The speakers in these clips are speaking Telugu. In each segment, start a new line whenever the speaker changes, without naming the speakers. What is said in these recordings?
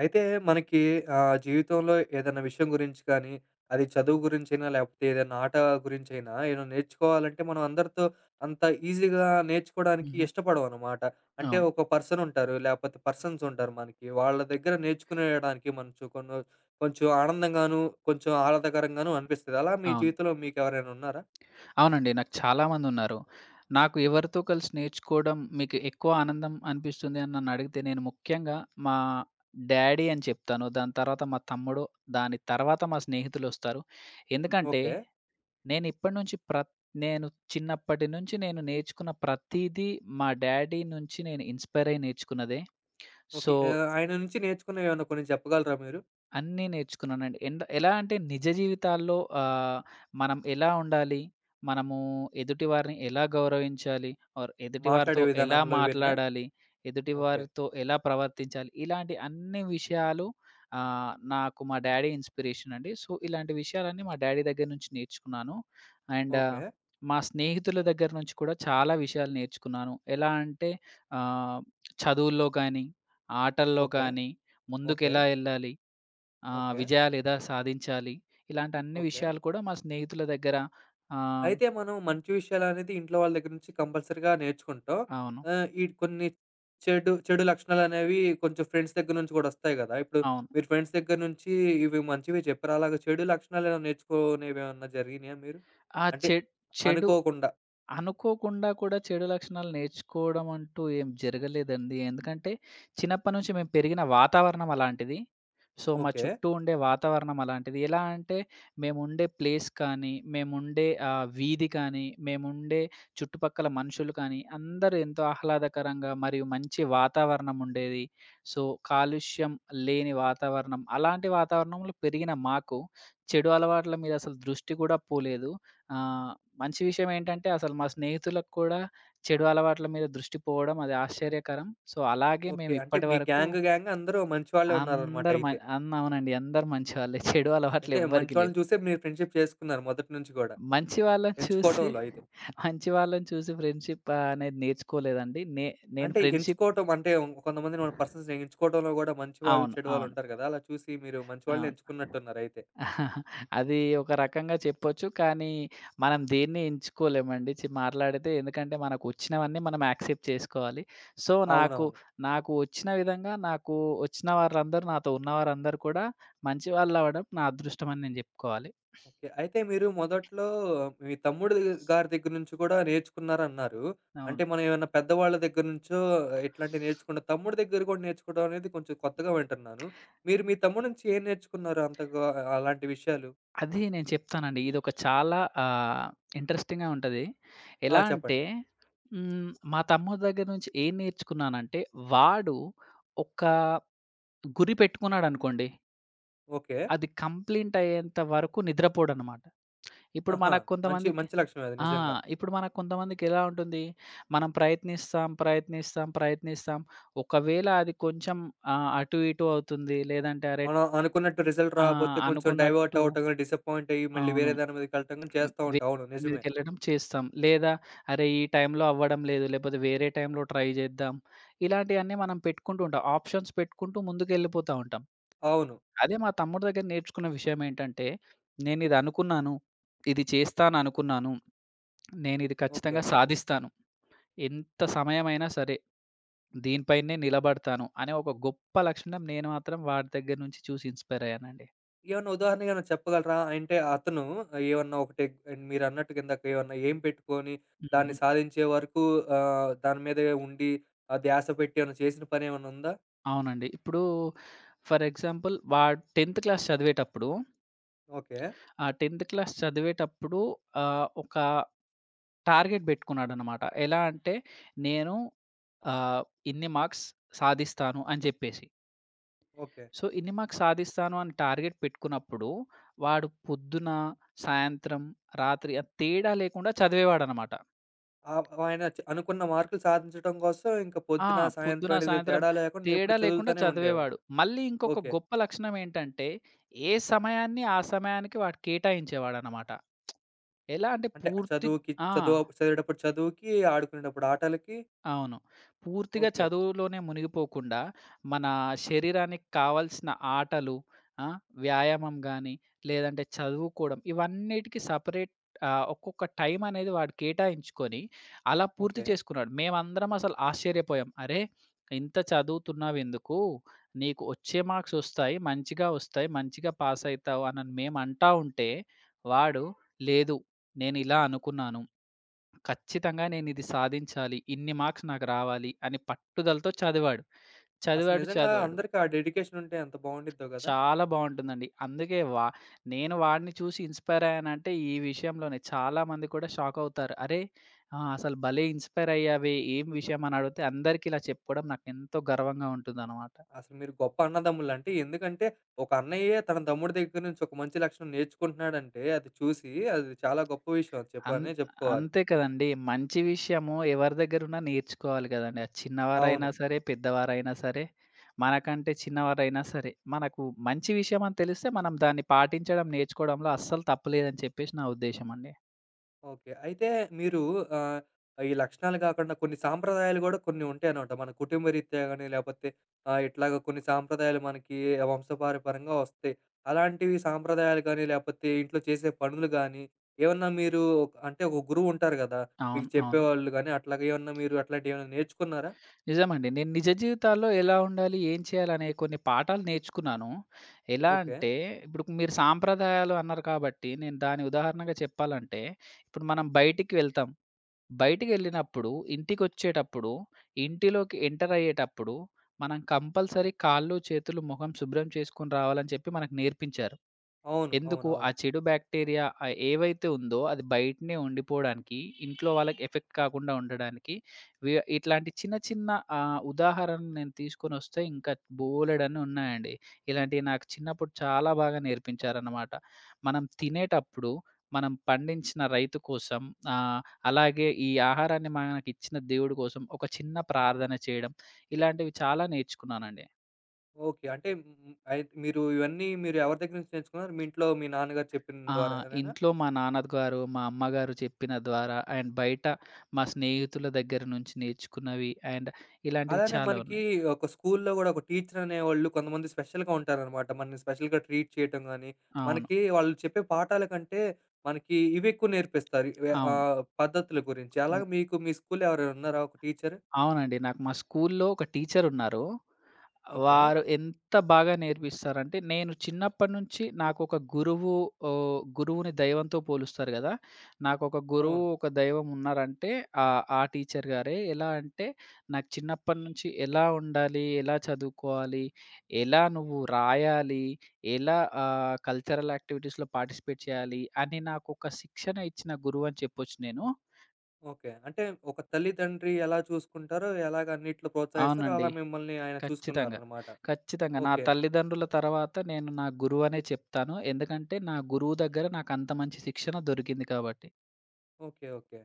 అయితే మనకి జీవితంలో ఏదైనా విషయం గురించి కానీ, అది చదువు గురించైనా, లేకపోతే ఏదైనా ఆట గురించైనా ఏమైనా నేర్చుకోవాలంటే మనం అందరితో అంత ఈజీగా నేర్చుకోవడానికి
హుహు.
ఇష్టపడమనమాట. అంటే
అవును.
ఒక పర్సన్ ఉంటారు. లేకపోతే పర్సన్స్ ఉంటారు మనకి. వాళ్ళ దగ్గర నేర్చుకునేయడానికి మనచు కొను కొంచెం ఆనందంగాను, కొంచెం ఆహ్లాదకరంగాను అనిపిస్తది. అలా మీ
అవును.
జీవితంలో మీకెవరైనా ఉన్నారా?
అవునండి. నాకు చాలామందున్నారు. నాకు ఎవరితో కలిసి నేర్చుకోవడం మీకు ఎక్కువ ఆనందం అనిపిస్తుంది అని నన్నడిగితే నేను ముఖ్యంగా మా డ్యాడీ అని చెప్తాను. దాని తర్వాత మా తమ్ముడు, దాని తర్వాత మా స్నేహితులొస్తారు. ఎందుకంటే
ఓకే.
నేను ఇప్పటి నుంచి ప్రత్ నేను చిన్నప్పటి నుంచి నేను నేర్చుకున్న ప్రతీదీ మా డ్యాడీ నుంచి నేను ఇన్‌స్పైర్ అయ్యి నేర్చుకున్నదే. So
okay. ఆయన నుంచి నేర్చుకున్నవి ఏమన్నా కొన్ని చెప్పగలరా మీరు?
అన్నీ నేర్చుకున్నానండి. ఎలా అంటే నిజ జీవితాల్లో మనం ఎలా ఉండాలి? మనము ఎదుటివారిని ఎలా గౌరవించాలి? ఆర్ ఎదుటివారితో
మాట్లాడే
ఎలా
విధానంలో ఇవన్నా?
మాట్లాడాలి?
ఓకే.
ఎదుటివారితో ఎలా ప్రవర్తించాలి? ఇలాంటి అన్ని విషయాలు. నాకు మా డ్యాడీ ఇన్‌స్పిరేషన్ అండి. సో, ఇలాంటి విషయాలన్నీ మా డ్యాడీ దగ్గర నుంచి నేర్చుకున్నాను. And
okay.
మా స్నేహితుల దగ్గర నుంచి కూడా చాలా విషయాలు నేర్చుకున్నాను. ఎలా అంటే ఆహ్, చదువుల్లో గానీ, ఆటల్లో
ఓకే.
గానీ
ఓకే.
ముందుకెలా ఎళ్ళాలి?
ఓకే.
విజయాలు ఎలా సాధించాలి? ఇలాంటి అన్ని
ఓకే.
విషయాలు కూడా మా స్నేహితుల దగ్గర. ఆహ్,
అయితే మనం మంచి విషయాలనేది ఇంట్లో వాళ్ళ దగ్గర నుంచి కంపల్సరీగా నేర్చుకుంటాం.
అవును.
ఈ కొన్ని చెడు చెడు లక్షణాలనేవి కొంచెం ఫ్రెండ్స్ దగ్గర నుంచి గూడా ఒస్తాయి గదా! ఇప్పుడు
అవును.
మీరు ఫ్రెండ్స్ దగ్గర నుంచి ఇవి మంచివి చెప్పారు. అలాగా చెడు లక్షణాలేమైనా నేర్చుకునేవేమన్నా జరిగినాయా మీరు?
ఆ
అంటే
చెడ్ చెడు
అనుకోకుండా.
అనుకోకుండా కూడా చెడు లక్షణాలు నేర్చుకోవడం అంటూ ఏం జరగలేదండి. ఎందుకంటే, చిన్నప్పటి నుంచి మేము పెరిగిన వాతావరణం అలాంటిది. సో, మా
ఓకే.
చుట్టూ ఉండే వాతావరణం అలాంటిది. ఎలా అంటే, మేముండే ప్లేస్ కానీ, మేముండే వీధి కానీ, మేముండే చుట్టుపక్కల మనుషులు కానీ, అందరూ ఎంతో ఆహ్లాదకరంగా మరియు మంచి వాతావరణం ఉండేది. సో, కాలుష్యం లేని వాతావరణం. అలాంటి వాతావరణంలో పెరిగిన మాకు, చెడు అలవాట్ల మీద అసలు దృష్టి కూడా పోలేదు. ఆహ్, మంచి విషయం ఏంటంటే, అసలు మా స్నేహితులకు కూడా చెడు అలవాట్ల మీద దృష్టి పోవడం అది ఆశ్చర్యకరం. సో, అలాగే
ఓకే.
మేము
అంటే మీ
ఇప్పటివరకు
గ్యాంగ్ అందరూ మంచి వాళ్ళే ఉన్నారనమాట
అందరూ. మ
అయితే.
అన్ అవునండి. అందరూ మంచివాళ్ళే. చెడు అలవాట్లు
అయితే మంచి
ఎవ్వరికీ లేవు.
వాళ్ళని చూసే మీరు ఫ్రెండ్‌షిప్ చేసుకున్నారు మొదటి నుంచి గూడా
మంచి వాళ్ళని చూసి,
ఎంచుకోవటంలో అయితే.
మంచి వాళ్ళని చూసి ఫ్రెండ్‌షిప్ అనేది నేర్చుకోలేదండి. నేను
అంటే
ఫ్రెండ్‌షిప్.
ఎంచుకోవటం అంటే కొంతమంది మన పర్సన్స్‌ని ఎంచుకోవటంలో గూడా మంచివాళ్ళు,
అవును.
చెడువాళ్ళు
అవును.
ఉంటారు గదా! అలా చూసి మీరు మంచివాళ్ళని
అవును.
ఎంచుకున్నట్టున్నారయితే.
అది ఒక రకంగా చెప్పొచ్చు. కానీ, మనం దేన్ని ఎంచుకోలేమండి. మాట్లాడితే ఎందుకంటే, మనకు వచ్చినవన్నీ మనం యాక్సెప్ట్ చేసుకోవాలి. సో, నాకు,
అవునవును.
నాకు వచ్చిన విధంగా నాకు వచ్చిన వారందరూ, నాతో ఉన్నవారందరూ కూడా మంచివాళ్ళవ్వడం నా అదృష్టం అని నేను జెప్పుకోవాలి.
ఓకే. అయితే మీరు మొదట్లో మీ తమ్ముడు గారి దగ్గర నుంచి కూడా నేర్చుకున్నారన్నారు. అంటే
అవును.
మనం ఏమన్నా పెద్దవాళ్ళ దగ్గర నుంచో ఇట్లాంటివి నేర్చుకున్న తమ్ముడి దగ్గర కూడా నేర్చుకోవడం అనేది కొంచెం కొత్తగా వింటున్నాను. మీరు మీ తమ్ముడి నుంచి ఏం నేర్చుకున్నారు అంతగా అలాంటి విషయాలు?
అది నేను చెప్తానండి. ఇదొక చాలా ఆహ్, ఇంట్రెస్టింగ్‌గా ఉంటది.
ఆ!
ఎలా అంటే,
చెప్పండి.
మా తమ్ముడి దగ్గర నుంచి ఏం నేర్చుకున్నానంటే, వాడు ఒక గురి పెట్టుకున్నాడనుకోండి
ఓకే.
అది కంప్లీట్ అయ్యేంత వరకు నిద్రపోడనమాట. ఇప్పుడు
ఆహా!
మనకు
మంచి
కొంతమందికి
మంచి లక్షణం అది
ఆ!
నిజంగా.
ఇప్పుడు మనకు కొంతమందికెలా ఉంటుంది, మనం ప్రయత్నిస్తాం, ప్రయత్నిస్తాం, ప్రయత్నిస్తాం. ఒకవేళ అది కొంచెం అటు ఇటు అవుతుంది. లేదంటే అరే!
మనం అనుకున్నట్టు రిజల్ట్
ఆ!
రాకపోతే కొంచెం డైవర్ట్
అనుకున్నట్టు.
అవ్వటం గాని, డిసప్పాయింట్ అయ్యి మళ్ళీ
అవును.
వేరే దాని మీదకి వెళ్ళటం గాని చేస్తా ఉంటాం.
వేరే
అవును.
దాని
నిజమే.
మీదకెళ్ళడం చేస్తాం. లేదా అరే! ఈ టైంలో అవ్వడం లేదు. లేకపోతే వేరే టైంలో ట్రై చేద్దాం. ఇలాంటియన్నీ మనం పెట్టుకుంటూ ఉంటాం. ఆప్షన్స్ పెట్టుకుంటూ ముందుకెళ్ళిపోతా ఉంటాం.
అవును.
అదే మా తమ్ముడి దగ్గర నేర్చుకున్న విషయం ఏంటంటే, నేనిది అనుకున్నాను, ఇది చేస్తాననుకున్నాను, నేనిది
ఓకే.
ఖచ్చితంగా సాధిస్తాను. ఎంత సమయమైనా సరే, దీనిపైనే నిలబడతాను అనే ఒక గొప్ప లక్షణం నేను మాత్రం వాడి దగ్గర నుంచి చూసి ఇన్‌స్పైర్ అయ్యానండి.
ఏమన్నా ఉదాహరణగా ఏమైనా చెప్పగలరా? అంటే అతను ఏమన్నా ఒకటి మీరన్నట్టుగా ఇందాక ఏమన్నా ఎయిమ్ పెట్టుకొని
హుహు.
దాన్ని సాధించే వరకు దాని మీదే ఉండి ఆ ధ్యాస పెట్టి ఏమన్నా చేసిన పనేమన్నా ఉందా?
అవునండి. ఇప్పుడు ఫర్ ఎగ్జాంపుల్ వాడు 10థ్ క్లాస్ చదివేటప్పుడు,
ఓకే.
ఆ 10థ్ క్లాస్ చదివేటప్పుడు ఒక టార్గెట్ పెట్టుకున్నాడనమాట. ఎలా అంటే, నేను ఆహ్, ఇన్ని మార్క్స్ సాధిస్తాను అని చెప్పేసి.
ఓకే.
సో, ఇన్ని మార్క్స్ సాధిస్తాను అని టార్గెట్ పెట్టుకున్నప్పుడు, వాడు పొద్దున, సాయంత్రం, రాత్రి ఆ తేడా లేకుండా చదివేవాడనమాట.
ఆయన చ అనుకున్న మార్కులు సాధించడం కోసం ఇంక
ఆ!
పొద్దున,
పొద్దున,
సాయంత్రం అనేది
సాయంత్రం
తేడా లేకుండా
తేడా
ఎప్పుడు
లేకుండా
చదువుతానే ఉండేవాడు.
చదివేవాడు. మళ్ళీ ఇంకొక
ఓకే.
గొప్ప లక్షణం ఏంటంటే, ఏ సమయాన్ని ఆ సమయానికి వాడు కేటాయించేవాడనమాట. ఎలా అంటే
అంటే చదువుకి
ఆ!
చదువు చదివేటప్పుడు చదువుకి, ఆడుకునేటప్పుడు ఆటలకి
అవును. పూర్తిగా
ఓకే.
చదువులోనే మునిగిపోకుండా, మన శరీరానికి కావాల్సిన ఆటలు, ఆ! వ్యాయామం గాని, లేదంటే చదువుకోవడం ఇవన్నిటికి సెపరేట్ ఒక్కొక్క టైం అనేది వాడు కేటాయించుకొని, అలా పూర్తి
ఓకే.
చేసుకున్నాడు. మేమందరం అసలు ఆశ్చర్యపోయాం. "అరే! ఇంత చదువుతున్నావెందుకు? నీకు వచ్చే మార్క్స్ ఒస్తాయి, మంచిగా ఒస్తాయి, మంచిగా పాస్ అయితావు" అని మేము అంటా ఉంటే, వాడు "లేదు, నేనిలా అనుకున్నాను. ఖచ్చితంగా నేనిది సాధించాలి. ఇన్ని మార్క్స్ నాకు రావాలి" అని పట్టుదలతో చదివాడు.
అసలు
చదివాడు,
నిజంగా
చదివాడు.
అందరికి ఆ డెడికేషన్ ఉంటే ఎంత బావుండిద్దో గదా!
చాలా బావుంటుందండి. అందుకే నేను వాడిని చూసి ఇన్‌స్పైర్ అయ్యానంటే ఈ విషయంలోనే. చాలామంది కూడా షాక్ అవుతారు. "అరే! ఆ! అసలు భలే ఇన్‌స్పైర్ అయ్యావే! ఏం విషయం?" అని అడిగితే అందరికీ ఇలా చెప్పుకోవడం నాకెంతో గర్వంగా ఉంటుందనమాట.
అసలు మీరు గొప్ప అన్నదమ్ములంటే ఎందుకంటే ఒక అన్నయ్యే తన తమ్ముడి దగ్గర నుంచి ఒక మంచి లక్షణం నేర్చుకుంటున్నాడంటే అది చూసి అది చాలా గొప్ప విషయం అది
అన్
చెప్పనే చెప్పుకోవాలి.
అంతే కదండీ. మంచి విషయము ఎవరి దగ్గరున్నా నేర్చుకోవాలి గదండీ. అది చిన్నవారైనా
అవును.
సరే, పెద్దవారైనా సరే, మనకంటే చిన్నవారైనా సరే. మనకు మంచి విషయం అని తెలిస్తే మనం దాన్ని పాటించడం, నేర్చుకోవడంలో అస్సలు తప్పులేదని చెప్పేసి నా ఉద్దేశమండి.
ఓకే. అయితే మీరు ఆహ్, ఈ లక్షణాలు గాకుండా కొన్ని సాంప్రదాయాలు గూడా కొన్ని ఉంటాయనమాట. మన కుటుంబ రీత్యా గాని, లేపోతే ఇట్లాగ కొన్ని సాంప్రదాయాలు మనకి వంశపారపరంగా వస్తాయి. అలాంటివి సాంప్రదాయాలు గాని, లేపోతే ఇంట్లో చేసే పనులు గాని, ఏమన్నా మీరు అంటే ఒక గురువు ఉంటారు గదా! మీకు
అవును. అవును.
చెప్పేవాళ్ళు గాని, అట్లాగా ఏమన్నా మీరు అట్లాంటియేమన్నా నేర్చుకున్నారా?
నిజమండి. నేను నిజ జీవితాల్లో ఎలా ఉండాలి, ఏం చేయాలనే కొన్ని పాఠాలు నేర్చుకున్నాను. ఎలా
ఓకే.
అంటే, ఇప్పుడు మీరు సాంప్రదాయాలు అన్నారు కాబట్టి, నేను దాని ఉదాహరణగా చెప్పాలంటే, ఇప్పుడు మనం బయటికి వెళ్తాం. బయటికెళ్ళినప్పుడు, ఇంటికొచ్చేటప్పుడు, ఇంటిలోకి ఎంటర్ అయ్యేటప్పుడు, మనం కంపల్సరీ కాళ్ళు, చేతులు, మొహం శుభ్రం చేసుకొని రావాలని చెప్పి మనకు నేర్పించారు.
అవును. అవును.
ఎందుకు ఆ
అవును.
చెడు బ్యాక్టీరియా ఏవైతే ఉందో అది బయటనే ఉండిపోవడానికి, ఇంట్లో వాళ్ళకి ఎఫెక్ట్ కాకుండా ఉండడానికి. ఇట్లాంటి చిన్న చిన్న ఉదాహరణలు నేను తీసుకొనొస్తే ఇంకా బోలెడన్ని ఉన్నాయండి. ఇలాంటివి నాకు చిన్నప్పుడు చాలా బాగా నేర్పించారన్నమాట. మనం తినేటప్పుడు మనం పండించిన రైతు కోసం, ఆహ్, అలాగే ఈ ఆహారాన్ని మనకిచ్చిన దేవుడి కోసం ఒక చిన్న ప్రార్థన చేయడం, ఇలాంటివి చాలా నేర్చుకున్నానండి.
ఓకే. అంటే హ్మ్. హ్మ్. అయి మీరు ఇవన్నీ మీరు ఎవరి దగ్గర నుంచి నేర్చుకున్నారు? మీ ఇంట్లో మీ నాన్నగారు చెప్పిన
ఆ!
ద్వారానేనా?
ఇంట్లో మా నాన్నగారు, మా అమ్మగారు చెప్పిన ద్వారా అండ్ బయట మా స్నేహితుల దగ్గర నుంచి నేర్చుకున్నవి అండ్ ఇలాంటివి
అలానే
చాలా
మనకి
ఉన్నాయి.
ఒక స్కూల్లో గూడా ఒక టీచర్ అనేవాళ్ళు కొంతమంది స్పెషల్‌గా ఉంటారనమాట. మనల్ని స్పెషల్‌గా ట్రీట్ చేయటం గాని,
అవును.
మనకి వాళ్ళు చెప్పే పాఠాల కంటే మనకి ఇవెక్కువ నేర్పిస్తారు. ఇవే
అవును.
పద్ధతుల గురించి. అలాగే మీకు మీ స్కూల్లో ఎవరైనా ఉన్నారా ఒక టీచరు?
అవునండి. నాకు మా స్కూలులో ఒక టీచరున్నారు.
ఓకే.
వారు ఎంత బాగా నేర్పిస్తారంటే, నేను చిన్నప్పటి నుంచి నాకొక గురువు. గురువుని దైవంతో పోలుస్తారు గదా! నాకొక గురువు,
అవును.
ఒక దైవం ఉన్నారంటే ఆ టీచర్ గారే. ఎలా అంటే, నాకు చిన్నప్పటి నుంచి ఎలా ఉండాలి, ఎలా చదువుకోవాలి, ఎలా నువ్వు రాయాలి, ఎలా కల్చరల్ యాక్టివిటీస్‌లో పార్టిసిపేట్ చేయాలి అని నాకొక శిక్షణ ఇచ్చిన గురువు అని చెప్పొచ్చు నేను.
ఓకే. అంటే ఒక తల్లితండ్రి ఎలా చూసుకుంటారో, ఎలాగ అన్నిట్లో ప్రోత్సహిస్తారో
అవునండి.
అలా మిమ్మల్ని ఆయన
ఖచ్చితంగా.
చూసుకున్నారనమాట.
ఖచ్చితంగా. నా
ఓకే.
తల్లిదండ్రుల తర్వాత నేను నా గురువనే చెప్తాను. ఎందుకంటే, నా గురువు దగ్గర నాకంత మంచి శిక్షణ దొరికింది కాబట్టి.
ఓకే. ఓకే.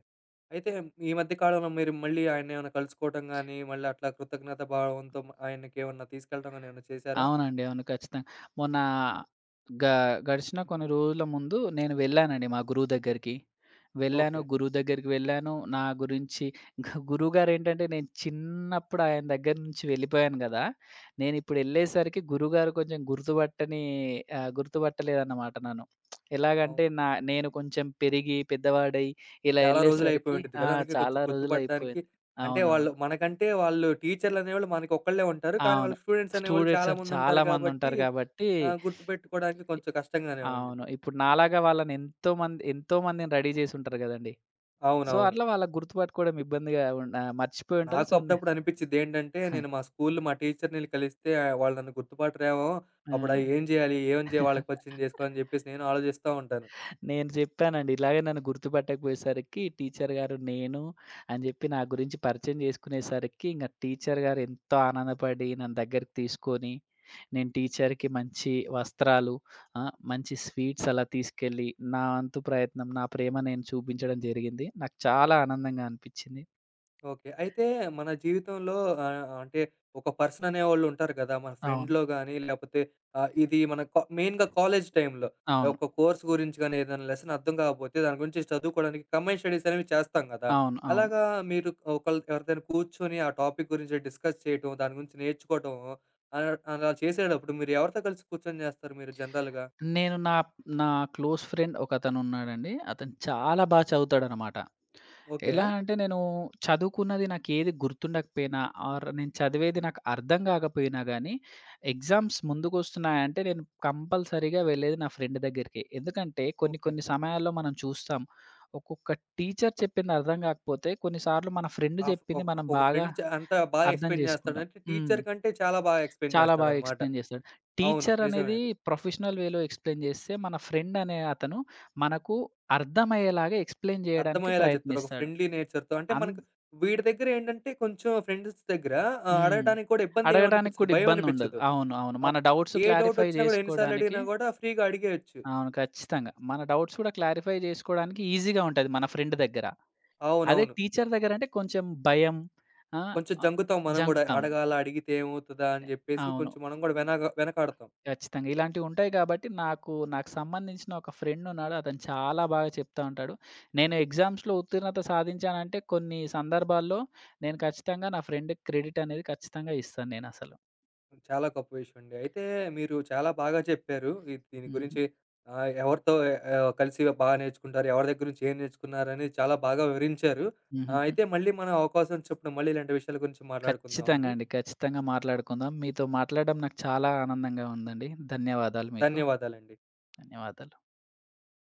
అయితే ఈ మధ్య కాలంలో మీరు మళ్ళీ ఆయన్నేమన్నా కలుసుకోవటం గానీ, మళ్ళీ అట్లా కృతజ్ఞత భావంతో ఆయనకేమన్నా తీసుకెళ్ళడం గానీ ఏమన్నా చేశారా?
అవునండి. అవును. ఖచ్చితంగా. మొన్న గ గడిచిన కొన్ని రోజుల ముందు నేను వెళ్ళానండి మా గురువు దగ్గరికి. వెళ్ళాను.
ఓకే.
గురువు దగ్గరికి వెళ్ళాను. నా గురించి గ గురువుగారేంటంటే నేను చిన్నప్పుడు ఆయన దగ్గర నుంచి వెళ్ళిపోయాను గదా! నేనిప్పుడు ఎళ్ళేసరికి గురువుగారు కొంచెం గుర్తుపట్టలేదన్నమాట నన్ను. ఎలాగంటే
అవును.
నేను కొంచెం పెరిగి, పెద్దవాడై ఇలా
చాలా రోజులయిపోయి
ఎళ్ళేసరికి,
ఉండిద్ది
ఆ!
కదా! అందుకే కొంచెం
చాలా
గుర్తుపడడానికి
రోజులయిపోయింది.
అంటే వాళ్ళు
అవునవును.
మనకంటే వాళ్ళు టీచర్‌లనేవాళ్ళు మనకొక్కళ్ళే ఉంటారు. కానీ
అవును.
వాళ్ళకి స్టూడెంట్స్ అనేవాళ్ళు
స్టూడెంట్స్
చాలా
అని చాలా
మందుంటారు కాబట్టి
మందుంటారు గాబట్టి.
గుర్తుపెట్టుకోవడానికి కొంచెం కష్టంగానే
అవును.
ఉండిద్ది.
ఇప్పుడు నాలాగా వాళ్ళని ఎంతో మందిని రెడీ జేసుంటారు గదండీ. సో,
అవునవును.
అట్లా వాళ్ళకి గుర్తుపట్టుకోవడం ఇబ్బందిగా మర్చిపోయుంటారు.
నాకు
సో, నే
అప్పుడప్పుడు అనిపిచ్చిద్ది ఏంటంటే, నేను మా స్కూల్‌లో మా టీచర్‌ని కలిస్తే ఆ, వాళ్ళు నన్ను గుర్తుపట్టరేమో!
ఆ!
అప్పుడు ఆ ఏం చేయాలి? వాళ్ళకి పరిచయం చేసుకోవాలని చెప్పేసి నేను ఆలోచిస్తా ఉంటాను.
నేను జెప్పానండి. ఇలాగే నన్ను గుర్తుపట్టకపోయేసరికి టీచర్ గారు, నేను అని జెప్పి నా గురించి పరిచయం జేసుకునేసరికి ఇంగ టీచర్ గారు ఎంతో ఆనందపడి నన్ను దగ్గరికి తీసుకొని నేను టీచర్‌కి మంచి వస్త్రాలు, మంచి స్వీట్స్ అలా తీసుకెళ్ళి, నా వంతు ప్రయత్నం, నా ప్రేమ నేను చూపించడం జరిగింది. నాకు చాలా ఆనందంగా అనిపిచ్చింది.
ఓకే. అయితే మన జీవితంలో అంటే ఒక పర్సన్ అనేవాళ్ళు ఉంటారు కదా! మన
అవును.
ఫ్రెండ్‌లో గాని, లేపోతే ఇది మన కా మెయిన్‌గా కాలేజ్ టైమ్‌లో
అవును.
ఒక కోర్స్ గురించి గాని, ఏదైనా లెసన్ అర్థం కాకపోతే దాని గురించి చదువుకోవడానికి కంబైన్డ్ స్టడీస్ అనేవి చేస్తాం కదా!
అవును. అవును.
అలాగా మీరు ఒకళ్ళు ఎవరితోని కూర్చొని ఆ టాపిక్ గురించి డిస్కస్ చేయటం, దాని గురించి నేర్చుకోవటం అలా చేసేటప్పుడు మీరు ఎవరితో కలిసి కూర్చొని చేస్తారు మీరు జనరల్‌గా?
నేను నా నా క్లోజ్ ఫ్రెండ్ ఒకతనున్నాడండి. అతను ఉన్నాడండి, అతను చాలా చదువుతాడనమాట.
ఓకే.
ఎలా అంటే నేను చదువుకున్నది నాకేది గుర్తుండకపోయినా ఆర్ నేను చదివేది నాకు అర్థం కాకపోయినా గానీ, ఎగ్జామ్స్ ముందుకొస్తున్నాయంటే నేను కంపల్సరీగా వెళ్ళేది నా ఫ్రెండ్ దగ్గరికే. ఎందుకంటే కొన్ని
ఓకే.
కొన్ని సమయాల్లో మనం చూస్తాం. ఒక్కొక్క టీచర్ చెప్పింది అర్థం కాకపోతే కొన్ని సార్లు మన ఫ్రెండ్
ఆఫ్
చెప్పింది
ఒక
మనం
ఒక
బాగా
ఫ్రెండ్ చ అంతా బాగా
అర్థం
ఎక్స్‌ప్లెయిన్
చేసుకుంటాం.
చేస్తాడంటే
హ్మ్.
టీచర్ కంటే చాలా బాగా ఎక్స్‌ప్లెయిన్
చాలా బాగా
చేస్తాడనమాట.
ఎక్స్‌ప్లెయిన్ చేస్తాడు.
అవును.
టీచర్
నిజమే
అనేది
అది.
ప్రొఫెషనల్ వేలో ఎక్స్‌ప్లెయిన్ చేస్తే, మన ఫ్రెండ్ అనే అతను మనకు అర్థమయ్యేలాగా ఎక్స్‌ప్లెయిన్ చేయడానికి
అర్థమయ్యేలా చెప్తాడు. ఒక
ప్రయత్నిస్తాడు.
ఫ్రెండ్లీ నేచర్‌తో అంటే
అన్
మనకు వీడి దగ్గర ఏంటంటే కొంచెం ఫ్రెండ్స్ దగ్గర
హ్మ్.
అడగటానికి కూడా ఇబ్బంది
అడగడానికి
ఏమనిపించదు.
కూడా
భయం
ఇబ్బందుండదు.
అనిపించదు.
అవును. అవును.
ఆహ్,
మన డౌట్స్
ఏ డౌట్
క్లారిఫై
వచ్చినా కూడా ఎన్ని సార్లు
జేసుకోడానికి.
అడిగినా కూడా ఫ్రీగా అడిగేయొచ్చు.
అవును. ఖచ్చితంగా. మన డౌట్స్ కూడా క్లారిఫై జేసుకోడానికి ఈజీగా ఉంటది మన ఫ్రెండ్ దగ్గర. అదే
అవునవును.
టీచర్ దగ్గరంటే కొంచెం భయం. ఆ!
కొంచెం
ఆహ్,
జంకుతాం మనం గూడా.
జంకుతాం.
అడగాలా? అడిగితే ఏమవుతదా? అని జెప్పేసి
అవును.
కొంచెం మనం గూడా వెనకాడతాం.
ఖచ్చితంగా. ఇలాంటివుంటాయి గాబట్టి నాకు సంబంధించిన ఒక ఫ్రెండున్నాడు. అతను చాలా బాగా చెప్తా ఉంటాడు. నేను ఎగ్జామ్స్‌లో ఉత్తీర్ణత సాధించానంటే కొన్ని సందర్భాల్లో నేను ఖచ్చితంగా నా ఫ్రెండ్‌కి క్రెడిట్ అనేది ఖచ్చితంగా ఇస్తాను నేనసలు.
చాలా గొప్ప విషయం అండి. అయితే మీరు చాలా బాగా చెప్పారు. ఈ దీని
హుహు.
గురించి ఎవరితో కలిసి బాగా నేర్చుకుంటారు, ఎవరి దగ్గర నుంచి ఏం నేర్చుకున్నారని చాలా బాగా వివరించారు.
హుహుహు.
అయితే మళ్ళీ మనం అవకాశం వచ్చినప్పుడు మళ్ళీ ఇలాంటి విషయాల గురించి
ఖచ్చితంగా
మాట్లాడుకుందామండి.
అండి. ఖచ్చితంగా మాట్లాడుకుందాం. మీతో మాట్లాడడం నాకు చాలా ఆనందంగా ఉందండి. ధన్యవాదాలు మీకు.
ధన్యవాదాలండి.
ధన్యవాదాలు.